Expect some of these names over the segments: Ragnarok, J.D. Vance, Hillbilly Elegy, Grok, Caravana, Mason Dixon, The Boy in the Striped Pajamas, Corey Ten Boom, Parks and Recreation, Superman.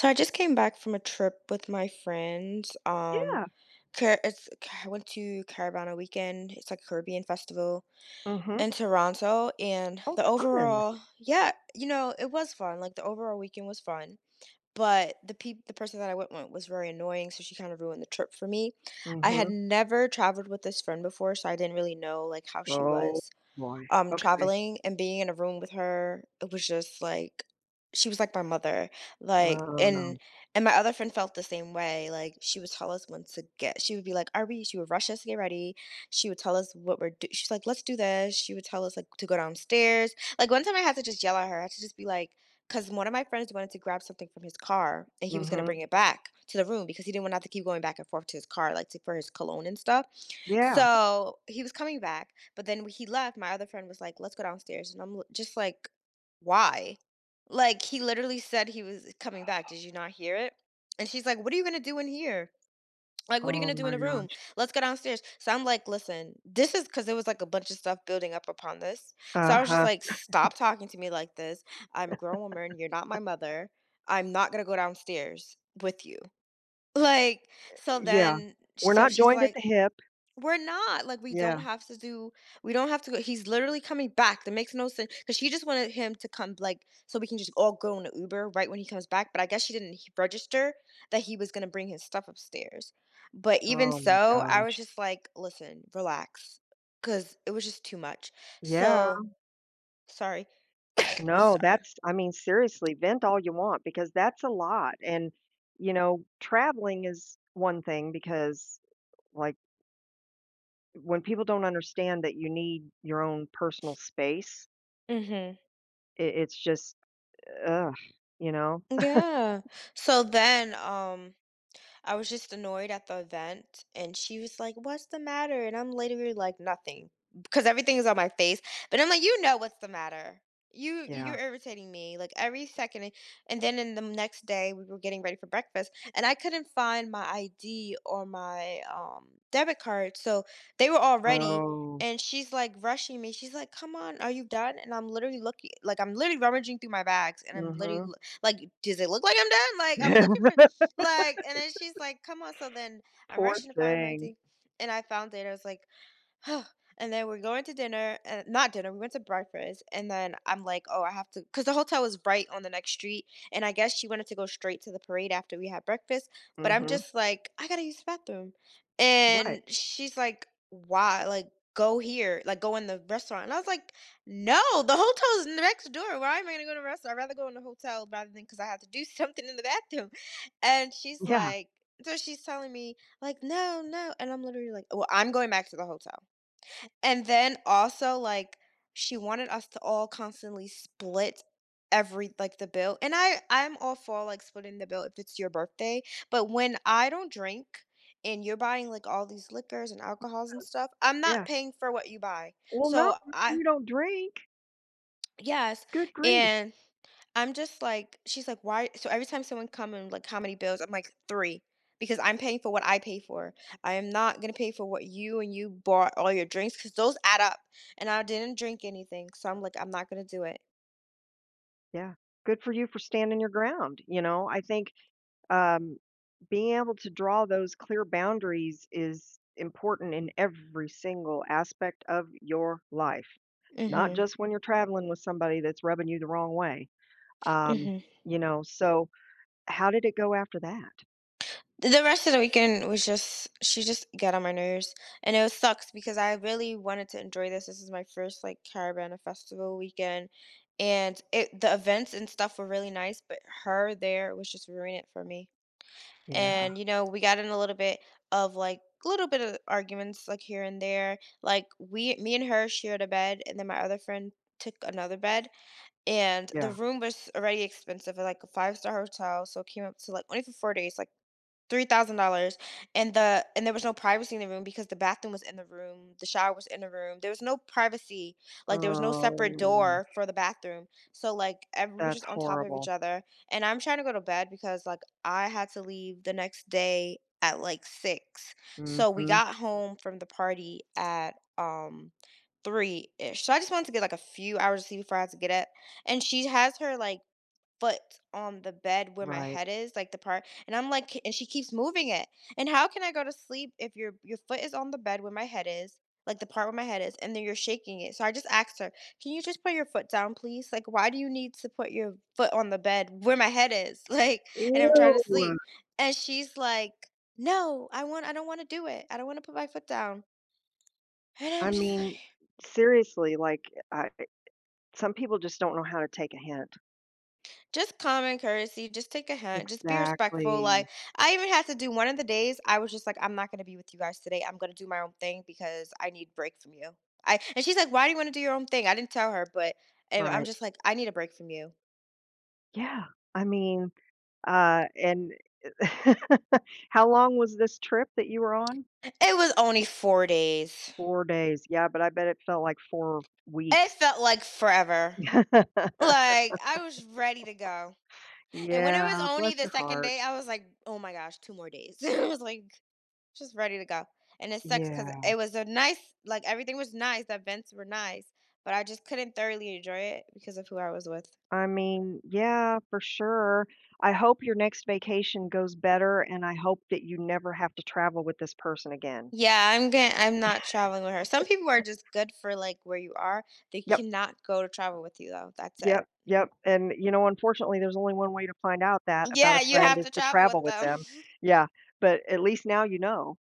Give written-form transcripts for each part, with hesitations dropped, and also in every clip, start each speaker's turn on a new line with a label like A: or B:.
A: So I just came back from a trip with my friends.
B: Yeah.
A: Car- it's I went to Caravana Weekend. It's like a Caribbean festival
B: Mhm.
A: in Toronto, and
B: Oh,
A: the
B: fun.
A: overall, yeah, you know, it was fun. Like the overall weekend was fun, but the person that I went with was very annoying, so she kind of ruined the trip for me. I had
B: Mhm.
A: never traveled with this friend before, so I didn't really know like how she
B: Oh,
A: was
B: boy. Okay.
A: traveling, and being in a room with her, it was just like she was like my mother, like
B: Oh,
A: and
B: no.
A: and my other friend felt the same way. Like she would tell us when to get, she would be like, are we, she would rush us to get ready. She would tell us what she's like, let's do this. She would tell us like to go downstairs. Like one time I had to just yell at her. I had to just be like, because one of my friends wanted to grab something from his car and he was going to
B: Mhm.
A: bring it back to the room because he didn't want to have to keep going back and forth to his car, like to, for his cologne and stuff.
B: Yeah.
A: So he was coming back, but then when he left, my other friend was like, let's go downstairs. And just like, why? Like, he literally said he was coming back. Did you not hear it? And she's like, what are you going to do in here? Like, what are you
B: Oh
A: going to do in
B: my
A: the room?
B: gosh.
A: Let's go downstairs. So I'm like, listen, this is because there was like a bunch of stuff building up upon this. So I was just
B: Uh-huh.
A: like, stop talking to me like this. I'm a grown woman. You're not my mother. I'm not going to go downstairs with you. Like, so
B: Yeah.
A: then,
B: We're
A: so
B: not
A: she's
B: joined at
A: like,
B: the hip.
A: we're not. Like, we
B: Yeah.
A: don't have to do, we don't have to go, he's literally coming back. That makes no sense because she just wanted him to come, like, so we can just all go in the Uber right when he comes back, but I guess she didn't h register that he was gonna bring his stuff upstairs. But even
B: Oh my
A: so, I was
B: gosh.
A: just like, "Listen, relax," because it was just too much.
B: Yeah.
A: So sorry.
B: No,
A: Sorry.
B: that's. I mean, seriously, vent all you want because that's a lot. And, you know, traveling is one thing because, like, when people don't understand that you need your own personal space,
A: Mhm.
B: it's just, ugh, you know?
A: Yeah. So then, I was just annoyed at the event, and she was like, "What's the matter?" And I'm literally like, "Nothing," because everything is on my face. But I'm like, "You know what's the matter? You're
B: Yeah.
A: irritating me like every second." And then in the next day, we were getting ready for breakfast, and I couldn't find my ID or my debit card, so they were all ready.
B: Oh,
A: And she's like rushing me. She's like, "Come on, are you done?" And I'm literally looking, like I'm literally rummaging through my bags, and I'm literally
B: mhm.
A: like, "Does it look like I'm done?" Like I'm looking for, like, and then she's like, "Come on." So then I'm
B: Poor
A: rushing to find my
B: thing.
A: thing, and I found it. I was like, and then we're going to dinner, not dinner, we went to breakfast. And then I'm like, oh, I have to, because the hotel was right on the next street. And I guess she wanted to go straight to the parade after we had breakfast. But I'm
B: Mhm.
A: just like, I gotta use the bathroom.
B: Right.
A: And she's like, why? Like, go here, like, go in the restaurant. And I was like, no, the hotel's next door. Why am I gonna go to a restaurant? I'd rather go in the hotel rather than because I have to do something in the bathroom. And she's
B: Yeah,
A: like, so she's telling me, like, no, no. And I'm literally like, well, I'm going back to the hotel. And then also, like, she wanted us to all constantly split every, like, the bill. And I'm all for like splitting the bill if it's your birthday, but when I don't drink and you're buying like all these liquors and alcohols and stuff, I'm not
B: yeah.
A: paying for what you buy.
B: Well, no,
A: So I
B: you don't drink.
A: yes,
B: Good grief.
A: and I'm just like, she's like, "Why," so every time someone come and like, "How many bills?" I'm like, "3," because I'm paying for what I pay for. I am not gonna pay for what you, and you bought all your drinks because those add up, and I didn't drink anything, so I'm like, "I'm not gonna do it."
B: Yeah. Good for you for standing your ground, you know? I think, um, being able to draw those clear boundaries is important in every single aspect of your life, not
A: Mhm,
B: just when you're traveling with somebody that's rubbing you the wrong way. Um,
A: mhm.
B: you know, so how did it go after that?
A: The rest of the weekend was just she just got on my nerves, and it sucks because I really wanted to enjoy this. This is my first, like, Caravana Festival weekend, and it, the events and stuff were really nice, but her there was just ruining it for me.
B: Yeah,
A: And you know, we got in a little bit of like a little bit of arguments, like here and there. Like we me and her shared a bed and then my other friend took another bed, and the
B: yeah.
A: room was already expensive at like a five-star hotel, so it came up to like, only for 4 days, like $3,000. And there was no privacy in the room because the bathroom was in the room, the shower was in the room. There was no privacy. Like there was no separate
B: Um.
A: door for the bathroom. So like every, we were
B: That's
A: just on top of
B: horrible.
A: each other. And I'm trying to go to bed because like I had to leave the next day at like 6. So we
B: Mhm.
A: got home from the party at 3ish. So I just wanted to get like a few hours of sleep before I had to get up. And she has her like foot on the bed where my
B: Right.
A: head is, like the part, and I'm like, and she keeps moving it. And how can I go to sleep if your foot is on the bed where my head is, like the part where my head is, and then you're shaking it? So I just asked her, can you just put your foot down, please? Like, why do you need to put your foot on the bed where my head is, like, and I'm trying to
B: Ew.
A: sleep? And she's like, no, I don't want to do it. I don't want to put my foot down. And
B: I
A: I'm just
B: mean,
A: like.
B: seriously, like, I some people just don't know how to take a hint.
A: Just common courtesy, just take a hint, just be respectful,
B: Exactly.
A: like, I even had to do, one of the days I was just like, "I'm not gonna be with you guys today, I'm gonna do my own thing because I need break from you." I And she's like, "Why do you wanna do your own thing?" I didn't tell her, but, and I'm
B: Right.
A: just like, "I need a break from you."
B: Yeah. I mean, and how long was this trip that you were on?
A: It was only 4 days.
B: 4 days. Yeah, but I bet it felt like 4
A: It
B: weeks.
A: felt like forever. Like, I was ready to go. And when it was
B: Yeah, bless
A: only the
B: your
A: second day,
B: heart.
A: I was like, "Oh my gosh, 2 more days." I was like, just ready to go. And it sucks because
B: Yeah.
A: it was a nice, like, everything was nice, the events were nice, but I just couldn't thoroughly enjoy it because of who I was with.
B: I mean, yeah, for sure. I hope your next vacation goes better, and I hope that you never have to travel with this person again.
A: Yeah, I'm not traveling with her. Some people are just good for, like, where you are. They
B: Yep,
A: cannot go to travel with you, though. That's it.
B: yep,
A: Mm.
B: yep, and, you know, unfortunately, there's only one way to find out that about a
A: Yeah, you
B: friend
A: have
B: is
A: to
B: to
A: travel
B: travel
A: with
B: with
A: them.
B: them. Yeah, but at least now you know.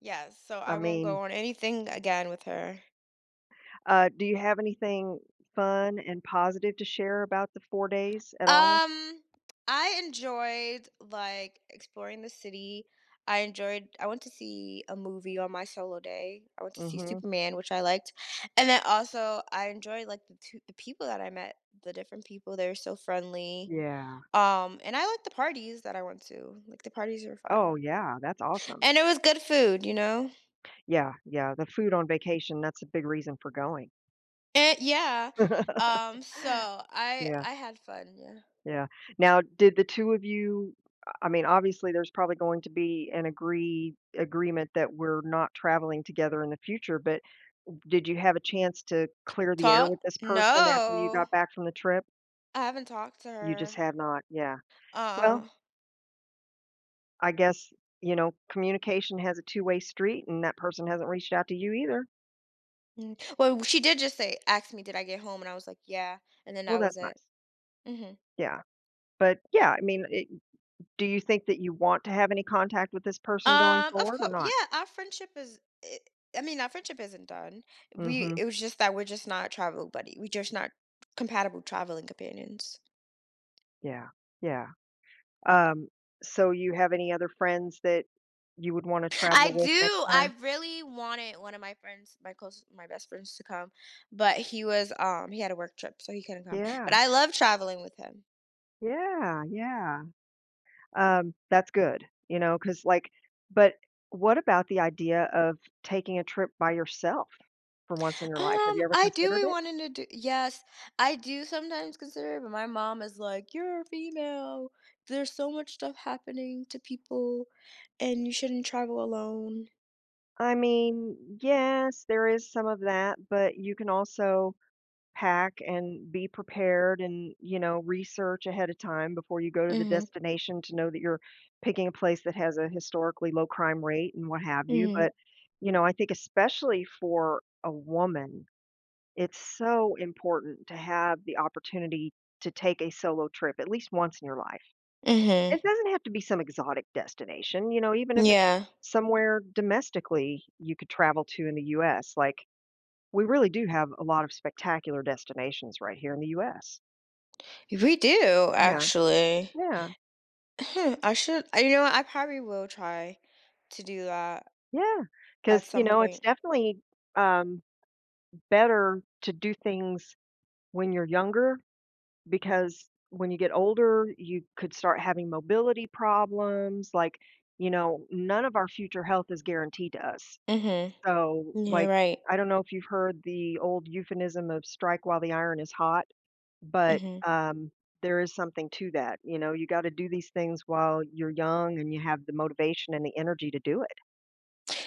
A: Yes, so
B: I
A: I won't
B: mean,
A: go on anything again with her.
B: do you have anything fun and positive to share about the 4 days at all?
A: Um, I enjoyed like exploring the city. I went to see a movie on my solo day. I went to see
B: Mhm.
A: Superman, which I liked. And then also I enjoyed like the people that I met, the different people. They were so friendly.
B: Yeah.
A: And I liked the parties that I went to. Like the parties were fun.
B: Oh, yeah, that's awesome.
A: And it was good food, you know?
B: Yeah, yeah, the food on vacation, that's a big reason for going.
A: And yeah. So I
B: Yeah.
A: I had fun, yeah.
B: Yeah. Now, did the 2 of you. I mean, obviously, there's probably going to be an agreement that we're not traveling together in the future, but did you have a chance to clear the air with
A: Talk?
B: this person after you
A: No.
B: got back from the trip?
A: I haven't talked to
B: You just
A: her.
B: have not, yeah. Well,
A: Uh-uh.
B: I guess, you know, communication has a two-way street, and that person hasn't reached out to you either.
A: Mm, well, she did just say ask me, "Did I get home?" And I was like, "Yeah," and then
B: Well,
A: that was
B: that's
A: it.
B: nice.
A: Mhm.
B: Yeah. But, yeah, I mean, it do you think that you want to have any contact with this person going
A: Of
B: forward or
A: course, yeah,
B: not?
A: our friendship is I mean, our friendship isn't done. We
B: Mhm.
A: it was just that we're just not compatible traveling companions.
B: Yeah. Yeah. Um, so you have any other friends that you would wanna
A: I
B: travel with next
A: do,
B: time?
A: I really wanted one of my friends, my best friends to come, but he was, he had a work trip, so he couldn't come,
B: Yeah,
A: but I love traveling with him.
B: yeah, yeah. That's good, you know, because like, but what about the idea of taking a trip by yourself for once in your life? Have you ever
A: I do
B: considered
A: be
B: it?
A: wanting to do, yes, I do sometimes consider it, but my mom is like, "You're a female. There's so much stuff happening to people, and you shouldn't travel alone."
B: I mean, yes, there is some of that, but you can also pack and be prepared and, you know, research ahead of time before you go to the
A: Mhm.
B: destination to know that you're picking a place that has a historically low crime rate and what have you.
A: Mhm.
B: But, you know, I think especially for a woman, it's so important to have the opportunity to take a solo trip at least once in your life.
A: Mhm.
B: It doesn't have to be some exotic destination, you know, even if it's
A: Yeah,
B: somewhere domestically you could travel to in the US, like we really do have a lot of spectacular destinations right here in the US.
A: we do
B: Yeah.
A: actually.
B: Yeah,
A: Hmm, I should. I- You know what? I probably will try to do that
B: yeah.
A: at
B: Because you
A: some
B: know, it's
A: point.
B: definitely, um, better to do things when you're younger because when you get older, you could start having mobility problems, like, you know, none of our future health is guaranteed to us.
A: Mhm.
B: So,
A: You're
B: like,
A: right.
B: I don't know if you've heard the old euphemism of strike while the iron is hot. But,
A: Mhm.
B: there is something to that, you know, you gotta do these things while you're young and you have the motivation and the energy to do it.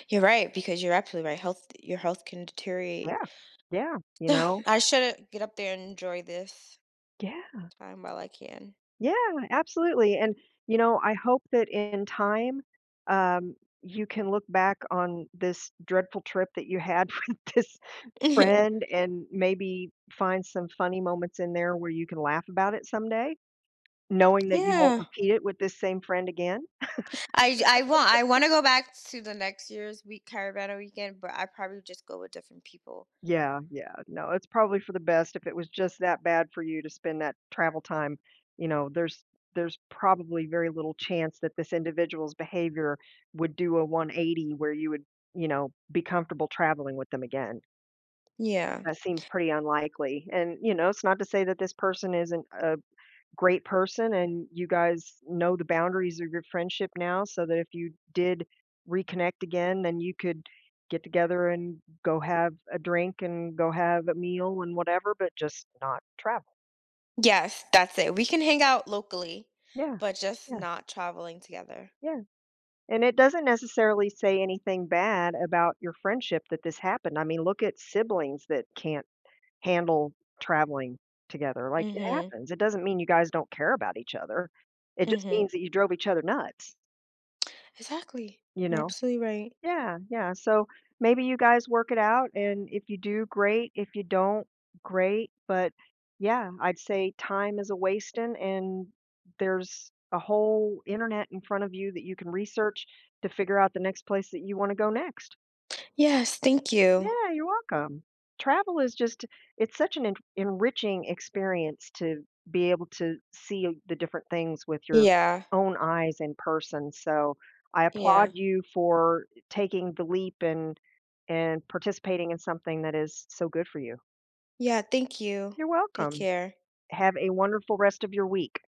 A: You're right because you're absolutely right. Health, your health can deteriorate.
B: Yeah. Yeah, you know?
A: I should get up there and enjoy this
B: Yeah,
A: time while I can.
B: yeah, absolutely, and, you know, I hope that in time, um, you can look back on this dreadful trip that you had with this friend and maybe find some funny moments in there where you can laugh about it someday, knowing that you won't
A: Yeah.
B: repeat it with this same friend again.
A: I want I want to go back to the next year's week Caravana weekend, but I probably just go with different people.
B: Yeah, yeah. No, it's probably for the best if it was just that bad for you to spend that travel time, you know, there's probably very little chance that this individual's behavior would do a 180 where you would, you know, be comfortable traveling with them again.
A: Yeah.
B: That seems pretty unlikely. And, you know, it's not to say that this person isn't a great person and you guys know the boundaries of your friendship now so that if you did reconnect again, then you could get together and go have a drink and go have a meal and whatever, but just not travel.
A: Yes, that's it. We can hang out locally,
B: Yeah.
A: but just
B: Yeah.
A: not traveling together.
B: Yeah. And it doesn't necessarily say anything bad about your friendship that this happened. I mean, look at siblings that can't handle traveling together. Like it
A: Mhm.
B: happens. It doesn't mean you guys don't care about each other. It just
A: Mhm.
B: means that you drove each other nuts,
A: Exactly.
B: you
A: You're
B: know?
A: absolutely right.
B: Yeah, yeah, so maybe you guys work it out, and if you do, great, if you don't, great, but, yeah, I'd say time is a-wasting, and there's a whole internet in front of you that you can research to figure out the next place that you wanna go next.
A: Yes, thank you.
B: Yeah, you're welcome. Travel is just it's such an en enriching experience to be able to see the different things with your
A: Yeah.
B: own eyes in person, so I applaud
A: Yeah.
B: you for taking the leap and participating in something that is so good for you.
A: Yeah, thank you.
B: You're
A: Take
B: welcome.
A: care.
B: Have a wonderful rest of your week.